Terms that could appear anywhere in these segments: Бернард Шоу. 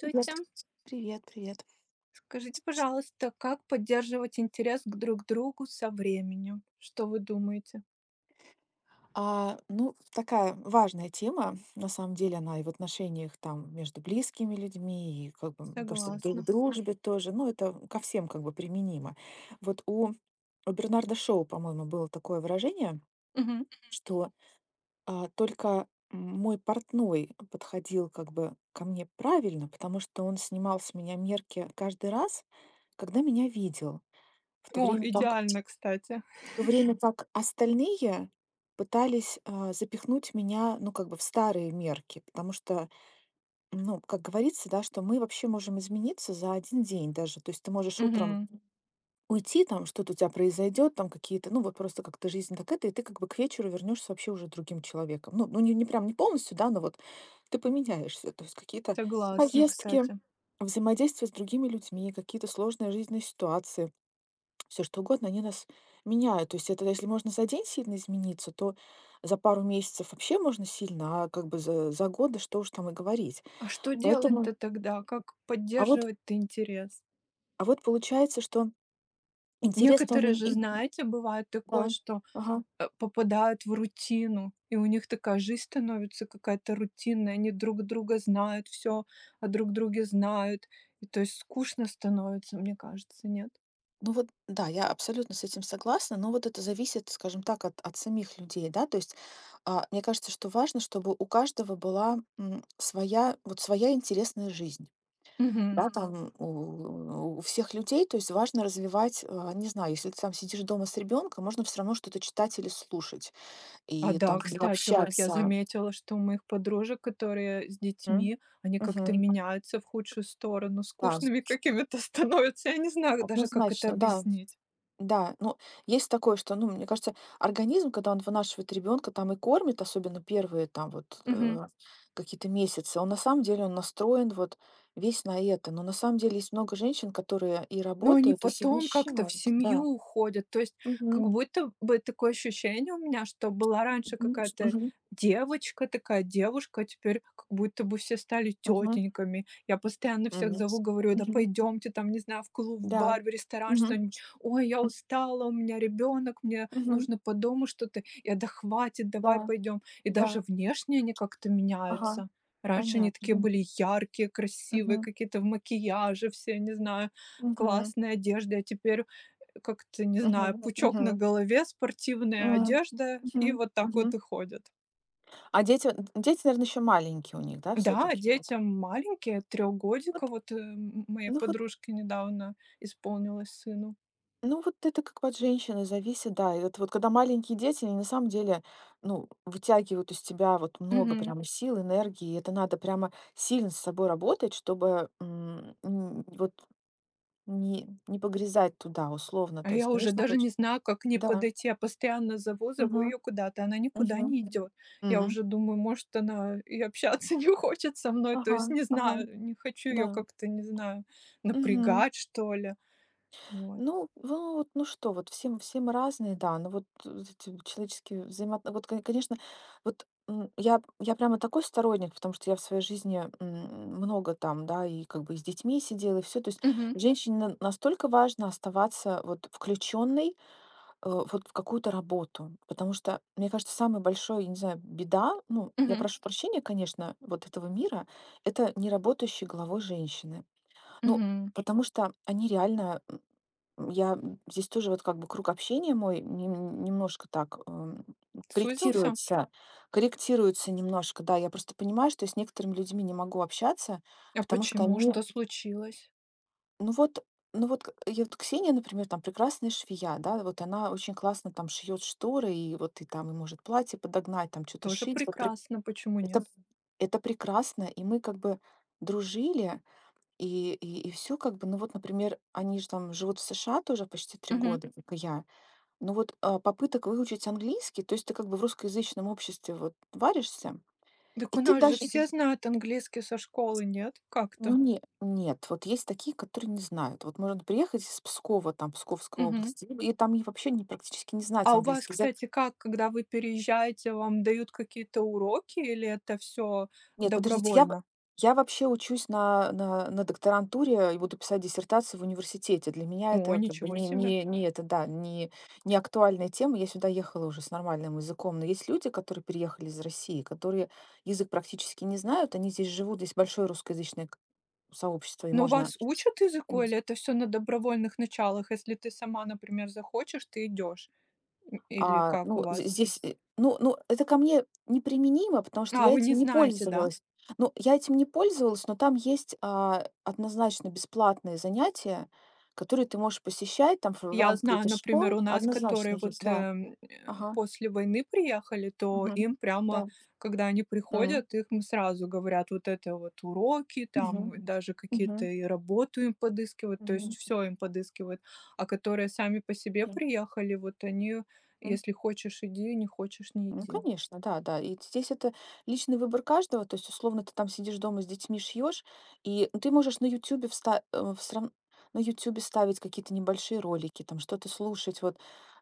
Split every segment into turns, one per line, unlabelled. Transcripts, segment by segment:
Привет. Привет, привет.
Скажите, пожалуйста, как поддерживать интерес к друг другу со временем? Что вы думаете?
Ну, такая важная тема, на самом деле, она и в отношениях там между близкими людьми, и как бы, мне кажется, друг в
Согласна.
дружбе тоже. Ну, это ко всем как бы применимо. Вот у Бернарда Шоу, по-моему, было такое выражение,
Мгм.
что только мой портной подходил как бы ко мне правильно, потому что он снимал с меня мерки каждый раз, когда меня видел. В то
О,
время как
идеально, кстати.
В то время как остальные пытались, запихнуть меня, ну, как бы в старые мерки. Потому что, ну, как говорится, да, что мы вообще можем измениться за один день даже. То есть ты можешь утром
Мгм.
уйти, там что-то у тебя произойдет, там какие-то, ну, вот просто как-то жизнь так это, и ты как бы к вечеру вернешься вообще уже другим человеком. Ну, не прям не полностью, да, но вот ты поменяешься. То есть какие-то
Согласна,
поездки,
кстати.
взаимодействие с другими людьми, какие-то сложные жизненные ситуации. Все что угодно, они нас меняют. То есть это если можно за день сильно измениться, то за пару месяцев вообще можно сильно, а как бы за годы что уж там и говорить.
А что
Поэтому
делать-то тогда? Как
а вот
поддерживать интерес?
а вот получается, что интерес-то
Некоторые
он
же,
и.
знаете, бывает
Да.
такое, что
Ага.
попадают в рутину, и у них такая жизнь становится какая-то рутинная, они друг друга знают, все о друг друге знают. И то есть скучно становится, мне кажется, нет?
Ну вот да, я абсолютно с этим согласна, но вот это зависит, скажем так, от самих людей, да. То есть, мне кажется, что важно, чтобы у каждого была, своя вот своя интересная жизнь.
Мгм.
Да, там у всех людей, то есть важно развивать, не знаю, если ты там сидишь дома с ребенком, можно все равно что-то читать или слушать,
А,
и там
да,
Мгм.
кстати, вот я
Общаться.
заметила, что у моих подружек, которые с
М?
детьми, они как-то
Мгм.
меняются в худшую сторону,
Да,
скучными какими-то становятся. Я не знаю даже, как это
однозначно, да,
объяснить.
да. Ну, есть такое, что, ну, мне кажется, организм, когда он вынашивает ребенка, там и кормит, особенно первые там вот
Мгм.
э, какие-то месяцы, он на самом деле он настроен вот весь на это. Но на самом деле есть много женщин, которые и
Но они
работают, и
потом как-то в
совмещают,
семью
да.
уходят. То есть как
Мгм.
будто бы такое ощущение у меня, что была раньше
Мгм.
какая-то
Мгм.
девочка, такая девушка, а теперь как будто бы все стали
Мгм,
тетеньками. Я постоянно всех
мгм,
зову, говорю, да
мгм,
пойдемте там, не знаю, в клуб, в
да,
бар, в ресторан,
мгм,
что-нибудь. Ой, я устала, у меня ребенок, мне
мгм,
нужно по дому что-то. Я, да хватит,
да,
давай пойдем. И даже
да,
внешне они как-то
ага,
меняются. Раньше они такие
понятно.
были яркие, красивые,
Мгм,
какие-то в макияже все, не знаю, в
мгм,
классной одежде, а теперь как-то, не
мгм,
знаю, пучок на
мгм,
голове, спортивная
м,
одежда, и
мгм,
вот так
мгм.
вот и ходят.
А дети, д дети, наверное еще маленькие у них, да, все
Да,
таки вот?
детям маленькие, трехгодика,
Вот,
моей
ну вот,
подружке недавно исполнилось сыну.
ну вот это как бы от женщины зависит, да. И это вот когда маленькие дети, они на самом деле, ну, вытягивают из тебя вот много
Мгм.
прямо сил, энергии. И это надо прямо сильно с собой работать, чтобы, м, н вот не погрязать туда, условно.
А
То
я
есть,
уже
конечно,
даже не
хочешь.
знаю, как к ней
Да.
подойти. Я постоянно зову, зову
Мгм.
ее куда-то. Она никуда
Мгм.
не идет. Я
Мгм.
уже думаю, может, она и общаться не хочет со мной. То
Ага,
есть не
ага,
знаю, не хочу ее
да.
как-то, не знаю,
Мгм.
напрягать, что ли. Вот.
Ну, ну что, вот все мы разные, да, но вот эти вот человеческие конечно, вот, я прямо такой сторонник, потому что я в своей жизни, много там, да, и как бы и с детьми сидела, и все. То есть
Мгм.
женщине на настолько важно оставаться вот включенной, вот в какую-то работу. Потому что, мне кажется, самая большая, я не знаю, беда, ну, я
Мгм.
прошу прощения, конечно, вот этого мира, это не работающие головой женщины. Ну,
Мгм.
потому что они реально, здесь тоже вот как бы круг общения мой немножко так,
Сузился?
корректируется, немножко, да, я просто понимаю, что я с некоторыми людьми не могу общаться,
А
потому что
почему?
они,
Что случилось?
ну вот, я вот Ксения, например, там прекрасная швея, да, вот она очень классно там шьет шторы, и вот и там и может платье подогнать, там что-то
Тоже
шить.
прекрасно, почему
Это,
нет?
прекрасно, и мы как бы дружили, и все как бы, ну вот, например, они же там живут в США тоже почти три
Мгм.
года, как и я. Ну вот, попыток выучить английский, то есть ты как бы в русскоязычном обществе вот варишься,
Так
и
у
ты
нас же
даже.
все знают английский со школы, нет? Как-то.
Ну не, нет, вот есть такие, которые не знают. Вот можно приехать из Пскова, там, Псковской
Мгм.
области, либо и там и вообще не практически не знать
А у вас,
английский язык.
кстати, как, когда вы переезжаете, вам дают какие-то уроки или это все
Нет, подождите,
добровольно?
я вообще учусь на докторантуре и буду писать диссертацию в университете. Для меня
О,
это как бы
ничего
не
себе.
не не это, да, не актуальная тема. Я сюда ехала уже с нормальным языком. Но есть люди, которые переехали из России, которые язык практически не знают. Они здесь живут, здесь большое русскоязычное к сообщество, и
Но
можно.
вас учат языку или это все на добровольных началах? Если ты сама, например, захочешь, ты идешь или
А,
как у
ну, з
вас?
здесь, это ко мне неприменимо, потому что
А,
я
вы не
этим не
знаете, да?
пользовалась. Ну, я этим не пользовалась, но там есть, однозначно бесплатные занятия, которые ты можешь посещать там в
Я
рамках
знаю,
этой
например,
школы.
у нас,
Однозначно
которые вот,
есть, да. Ага.
после войны приехали, то
Мгм.
им прямо,
Да.
когда они
М.
приходят, их им сразу говорят: "Вот это вот уроки",
Мгм.
там, и даже какие-то
Мгм.
и работу им подыскивают, то есть
Мгм.
все им подыскивают. А которые сами по себе
Я.
приехали, вот они: если хочешь- иди, не хочешь- не
Ну,
иди.
конечно, да, да. И здесь это личный выбор каждого. То есть, условно, ты там сидишь дома с детьми, шьешь, и ну, ты можешь на Ютубе вста... э, всё рав- на Ютубе ставить какие-то небольшие ролики, там что-то слушать. Вот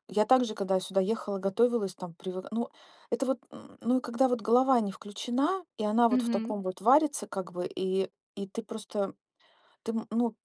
я также, когда сюда ехала, готовилась, там привык. Ну, это вот, ну, и когда вот голова не включена, и она вот в
Мгм.
таком вот варится, как бы, и ты просто, ты, м, ну,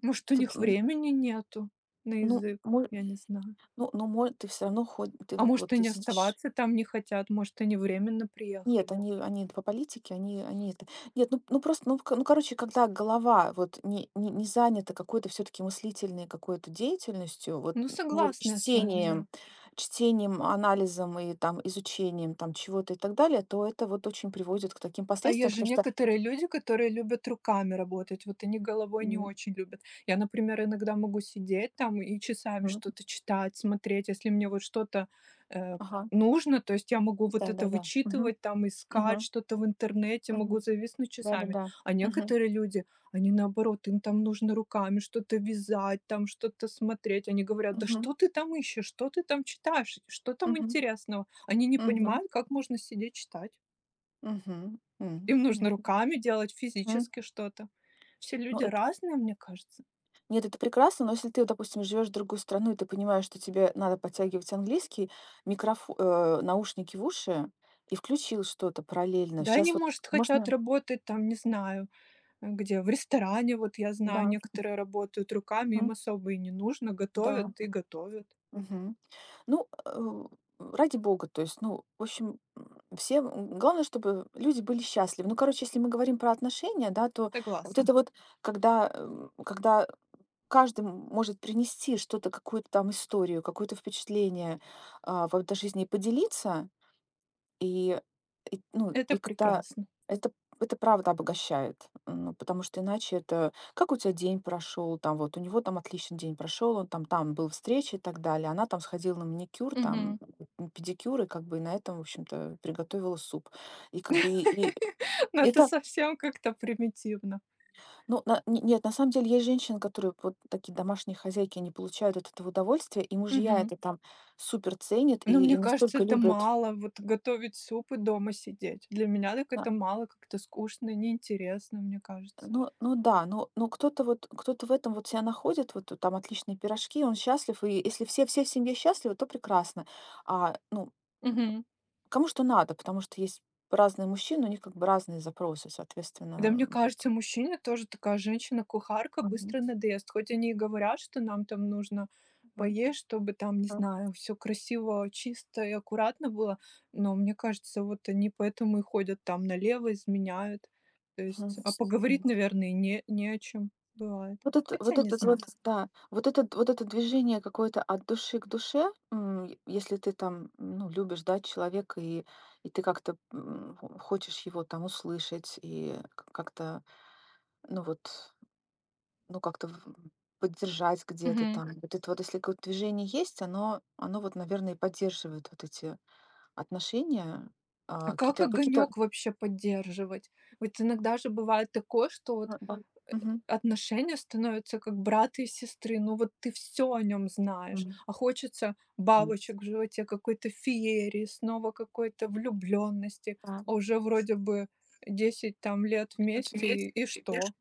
Может, у
ты,
них
м,
времени нету на
ну,
язык,
мо-
я не знаю.
ты все равно ходишь, ты
А может,
вот ты
они
сидишь.
оставаться там не хотят, может, они временно
Нет,
приехали.
они по политике, они они это. Нет, ну, ну просто, ну к ну короче, когда голова вот не занята какой-то все таки мыслительной какой-то деятельностью, вот,
Ну,
ну вот,
согласна я с вами, да.
чтением, анализом и там изучением там чего-то и так далее, то это вот очень приводит к таким
А
последствиям,
есть же
потому что.
некоторые люди, которые любят руками работать, вот они головой не
Мгм.
очень любят. Я, например, иногда могу сидеть там и часами
Мгм.
что-то читать, смотреть, если мне вот что-то, э,
Ага.
нужно, то есть я могу вот это
Да-да-да. Мгм.
вычитывать, там искать
Мгм.
что-то в интернете, могу
Мгм.
зависнуть часами.
Да-да-да.
А
Мгм.
некоторые люди, они наоборот, им там нужно руками что-то вязать, там что-то смотреть. Они говорят: "Да
Мгм.
что ты там ищешь? Что ты там читаешь? Что там
Мгм.
интересного?" Они не
Мгм.
понимают, как можно сидеть читать.
Мгм. М.
Им нужно
Понятно.
руками делать,
Мгм.
физически что-то. Все
Ну,
люди
эт
разные, мне кажется.
Нет, это прекрасно, но если ты, вот, допустим, живешь в другую страну, и ты понимаешь, что тебе надо подтягивать английский, наушники в уши и включил что-то параллельно.
Да, они,
Сейчас вот
может, хотят
можно.
работать там, не знаю, где, в ресторане, вот я знаю,
Да.
некоторые работают руками, им
Мгм.
особо и не нужно, готовят
Да.
и готовят.
Мгм. Ну, ради бога, то есть, ну, в общем, все, главное, чтобы люди были счастливы. Ну, короче, если мы говорим про отношения, да, то вот
Согласна.
это вот, когда, когда каждый может принести что-то, какую-то там историю, какое-то впечатление, вот даже жизни ней поделиться. И ну,
Это
и когда
прекрасно.
это правда обогащает, ну, потому что иначе это: «Как у тебя день прошел?» Там вот: «У него там отличный день прошел, он там был встречи», и так далее. Она там сходила на маникюр, там,
Мгм.
педикюр и как бы и на этом, в общем-то, приготовила суп. И как бы и
Но это
это.
совсем как-то примитивно.
Ну, на не, нет, на самом деле есть женщины, которые вот такие домашние хозяйки, они получают от этого удовольствие, и мужья
Мгм.
это там супер ценят
Но
и
мне
и
кажется,
настолько
это
любят.
мало, вот готовить суп и дома сидеть. Для меня так
А,
это мало, как-то скучно, неинтересно, мне кажется.
ну да, но кто-то в этом вот себя находит, вот там отличные пирожки, он счастлив, и если все в семье счастливы, то прекрасно. Ну,
Мгм.
кому что надо, потому что есть разные мужчины, у них как бы разные запросы,
Да,
соответственно,
мне
вот.
кажется, мужчине тоже такая женщина-кухарка
Мгм.
быстро надоест. Хоть они и говорят, что нам там нужно
Мгм.
поесть, чтобы там, не знаю, все красиво, чисто и аккуратно было, но мне кажется, вот они поэтому и ходят там налево, изменяют. То есть, а поговорить,
Мгм.
наверное, не о чем бывает.
Вот это
Хотя
вот
не
этот вот,
знаю.
да, вот это, движение какое-то от души к душе, если ты там, ну, любишь, да, человека, и ты как-то, хочешь его там услышать и как-то, ну вот, ну как-то, поддержать где-то
Мгм.
там. Вот это вот, если какое-то движение есть, оно, оно вот, наверное, и поддерживает вот эти отношения,
А как
какие-то.
огонек вообще поддерживать? Ведь иногда же бывает такое, что
а, а,
э,
мгм,
отношения становятся как брата и сестры. Ну вот ты все о нем знаешь,
мгм,
а хочется
м,
бабочек в животе, какой-то феерии, снова какой-то влюбленности,
да.
а уже вроде бы 10 там лет вместе, и что?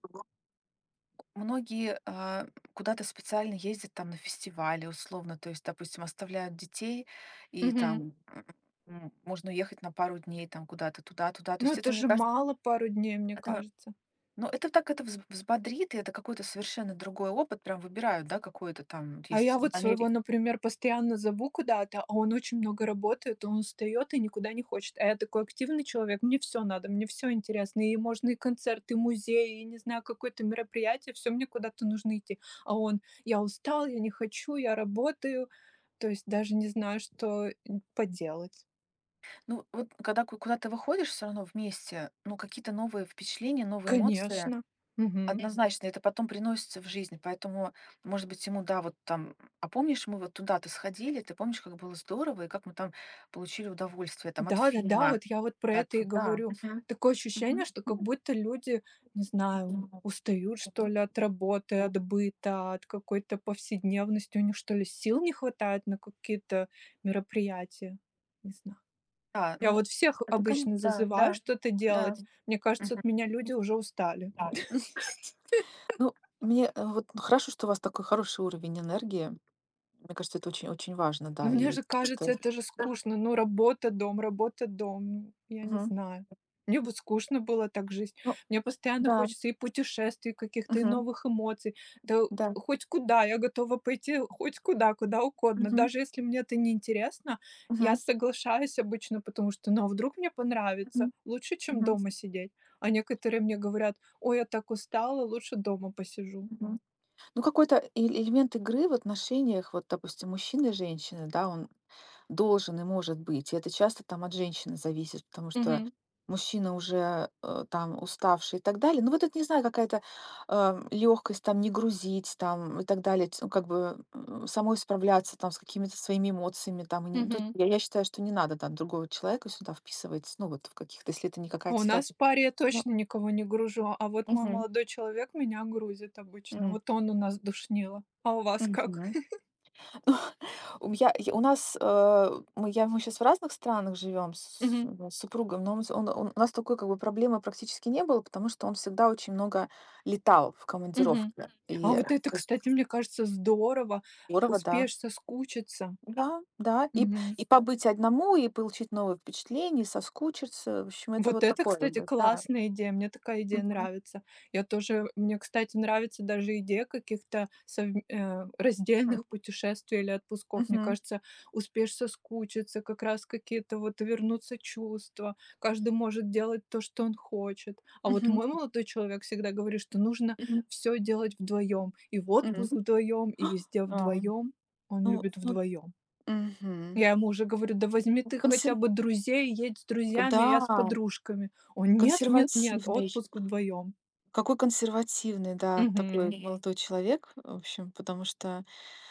Многие, куда-то специально ездят там на фестивали условно, то есть, допустим, оставляют детей, и
Мгм.
там, можно уехать на пару дней там куда-то туда, туда. То
Ну
есть это,
это
мне
же
кажется,
мало, пару дней, мне
это
кажется.
ну, это так, это взбодрит, и это какой-то совершенно другой опыт. Прям выбирают, да, какой-то там вот
А я
есть,
вот своего,
Америка.
например, постоянно зову куда-то, а он очень много работает, он устает и никуда не хочет. А я такой активный человек, мне все надо, мне все интересно. И можно и концерт, и музей, и не знаю, какое-то мероприятие, все мне куда-то нужно идти. А он, я устал, я не хочу, я работаю. То есть даже не знаю, что поделать.
Ну, вот когда ку куда ты выходишь все равно вместе, ну, какие-то новые впечатления, новые эмоции.
Конечно. Мгм.
Однозначно, это потом приносится в жизнь, поэтому, может быть, ему, да, вот там, а помнишь, мы вот туда-то сходили, ты помнишь, как было здорово, и как мы там получили удовольствие там от
Да-да-да,
фильма,
вот я вот про
от,
это и
да,
говорю. Такое ощущение,
мгм,
что как будто люди, не знаю,
мгм.
устают, что ли, от работы, от быта, от какой-то повседневности. У них, что ли, сил не хватает на какие-то мероприятия? Не знаю.
Да,
Я
ну,
вот всех
это, конечно,
обычно
да,
зазываю
да,
что-то
да,
делать. Мне кажется,
мгм.
от меня люди уже устали.
Ну, мне, вот ну, хорошо, что у вас такой хороший уровень энергии. Мне кажется, это очень очень важно,
Но
да,
мне
и
же
что.
кажется, это же
Да.
скучно. Ну, работа, дом, работа, дом. Ну, я не
Мгм.
знаю. Мне бы скучно было так жить.
Ну,
Мне постоянно
да,
хочется и путешествий каких-то, и
мгм,
новых эмоций. Да
да,
хоть куда, я готова пойти хоть куда, куда угодно.
мгм,
Даже если мне это неинтересно, я
мгм,
соглашаюсь обычно, потому что, ну, а вдруг мне понравится?
мгм,
Лучше, чем
мгм,
дома сидеть. А некоторые мне говорят, ой, я так устала, лучше дома посижу.
мгм. Ну, какой-то элемент игры в отношениях, вот, допустим, мужчины и женщины, да, он должен и может быть. И это часто там от женщины зависит, потому что
Мгм.
мужчина уже, там уставший и так далее. Ну, вот это, не знаю, какая-то, легкость там не грузить там и так далее, ну, как бы, самой справляться там с какими-то своими эмоциями там. И тут
Мгм.
я считаю, что не надо там другого человека сюда вписывать, ну, вот в каких-то, если это не
А
какая-то
у нас
ситуация.
в паре я
Ну,
точно никого не гружу, а вот мой
мгм,
молодой человек меня грузит обычно.
м,
Вот он у нас душнило. А у вас как?
мгм. У я у нас, мы сейчас в разных странах живем с,
Мгм,
с супругом, но он с он у нас такой как бы проблемы практически не было, потому что он всегда очень много летал в
мгм.
командировке. М. И,
А вот
да,
это,
то есть
кстати, мне кажется, здорово.
здорово, да.
Успеешь соскучиться.
Да, да.
Мгм.
И побыть одному, и получить новые впечатления, и соскучиться. В общем, это
Вот
вот
это,
такое
кстати,
вот, да.
классная идея. Мне такая идея
Мгм.
нравится. Я тоже мне, кстати, нравится даже идея каких-то
М.
раздельных путешествий или отпусков. Мне
Мгм.
кажется, успеешь соскучиться, как раз какие-то вот вернутся чувства. Каждый может делать то, что он хочет. А вот
Мгм.
мой молодой человек всегда говорит, что нужно
Мгм.
все делать вдвоем. И в отпуск
Мгм.
вдвоем, и везде
А,
вдвоем. Он любит
ну,
вдвоем.
мгм.
Я ему уже говорю: "Да возьми
Ну,
ты
консер
хотя бы друзей, едь с
да,
друзьями, а я с подружками". Он: "Нет, нет, нет,
консервативный.
отпуск вдвоем".
Какой консервативный, да, такой
Мгм.
Мгм. Молодой человек, в общем, потому что,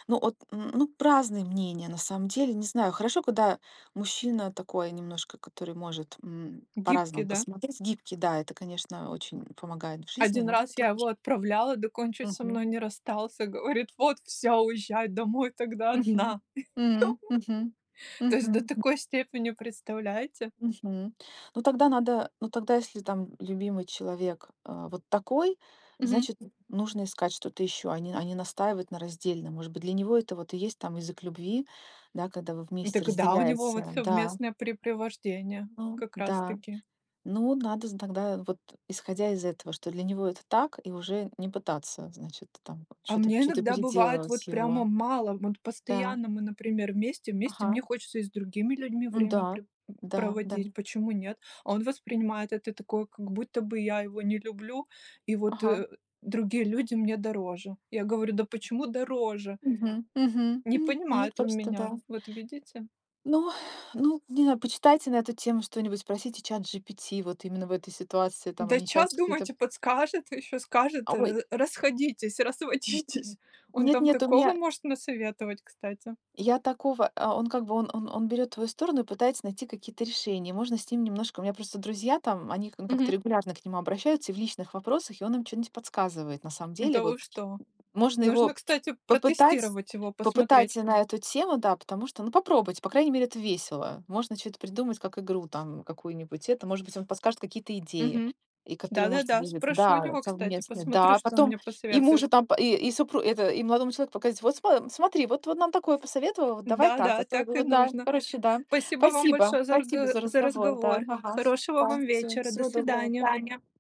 ну, разные мнения, на самом деле, не знаю, хорошо, когда мужчина такой немножко, который может,
Гибкий,
по-разному
да?
посмотреть, гибкий, да, это, конечно, очень помогает в жизни,
Один
но.
раз я его
Тоже.
отправляла, дак он со
Мгм.
мной не расстался. Говорит: "Вот, все, уезжай домой тогда
Мгм.
одна".
М, мгм.
То есть до
Мгм.
такой степени, представляете?
Мгм. Ну тогда надо, ну тогда если там любимый человек, вот такой,
Мгм.
значит, нужно искать что-то еще, а не настаивать на раздельном. Может быть, для него это вот и есть там язык любви, да, когда вы вместе
Так да, у него вот
разделяется. Да,
совместное препровождение
ну,
как раз
да.
таки.
Ну, надо тогда вот исходя из этого, что для него это так, и уже не пытаться, значит, там
А
что-то
мне иногда бывает
переделывать
вот прямо
его.
мало. Вот
Да,
постоянно мы, например, вместе
ага,
мне хочется и с другими людьми
м,
время
да,
при-
да, да,
проводить. Почему нет? А он воспринимает это такое, как будто бы я его не люблю, и вот
ага,
другие люди мне дороже. Я говорю, да почему дороже?
угу, угу.
Не
И
понимает он
просто,
меня.
да.
Вот видите?
Ну ну, не знаю, почитайте на эту тему что-нибудь, спросите чат ChatGPT вот именно в этой ситуации. Там
Да
они
чат,
часто какие-то.
думаете, подскажет, еще скажет,
Ой,
Расходитесь, разводитесь. Он там
нет-нет, у
такого
меня
может насоветовать, кстати.
я такого, он как бы он берет твою сторону и пытается найти какие-то решения. Можно с ним немножко у меня просто друзья там, они, ну,
Мгм.
как-то регулярно к нему обращаются и в личных вопросах, и он им что нибудь подсказывает на самом деле.
Да
Вот
вы что?
можно его
Нужно, кстати,
попытать,
протестировать его, посмотреть.
на эту тему, да, потому что, ну, попробуйте, по крайней мере, это весело. Можно что то придумать, как игру там какую-нибудь. Это, может быть, он подскажет какие-то идеи,
Мгм.
и которые, может,
Да-да-да,
будет,
спрошу у
да,
него, кстати,
совместные. Да,
посмотрю,
а
что он
потом
мне
ему
посоветует.
же там, п и супру это, и молодому человеку показать: «Вот смотри, вот нам такое посоветовал, вот давай так».
Да-да,
А то
так и
вот да,
нужно.
короче, да.
Спасибо вам
Спасибо,
большое за
спасибо
рго
за
за
разговор, да.
разговор.
Ага,
Хорошего
да,
вам
всё,
вечера. До
всего доброго, до
свидания.
свидания.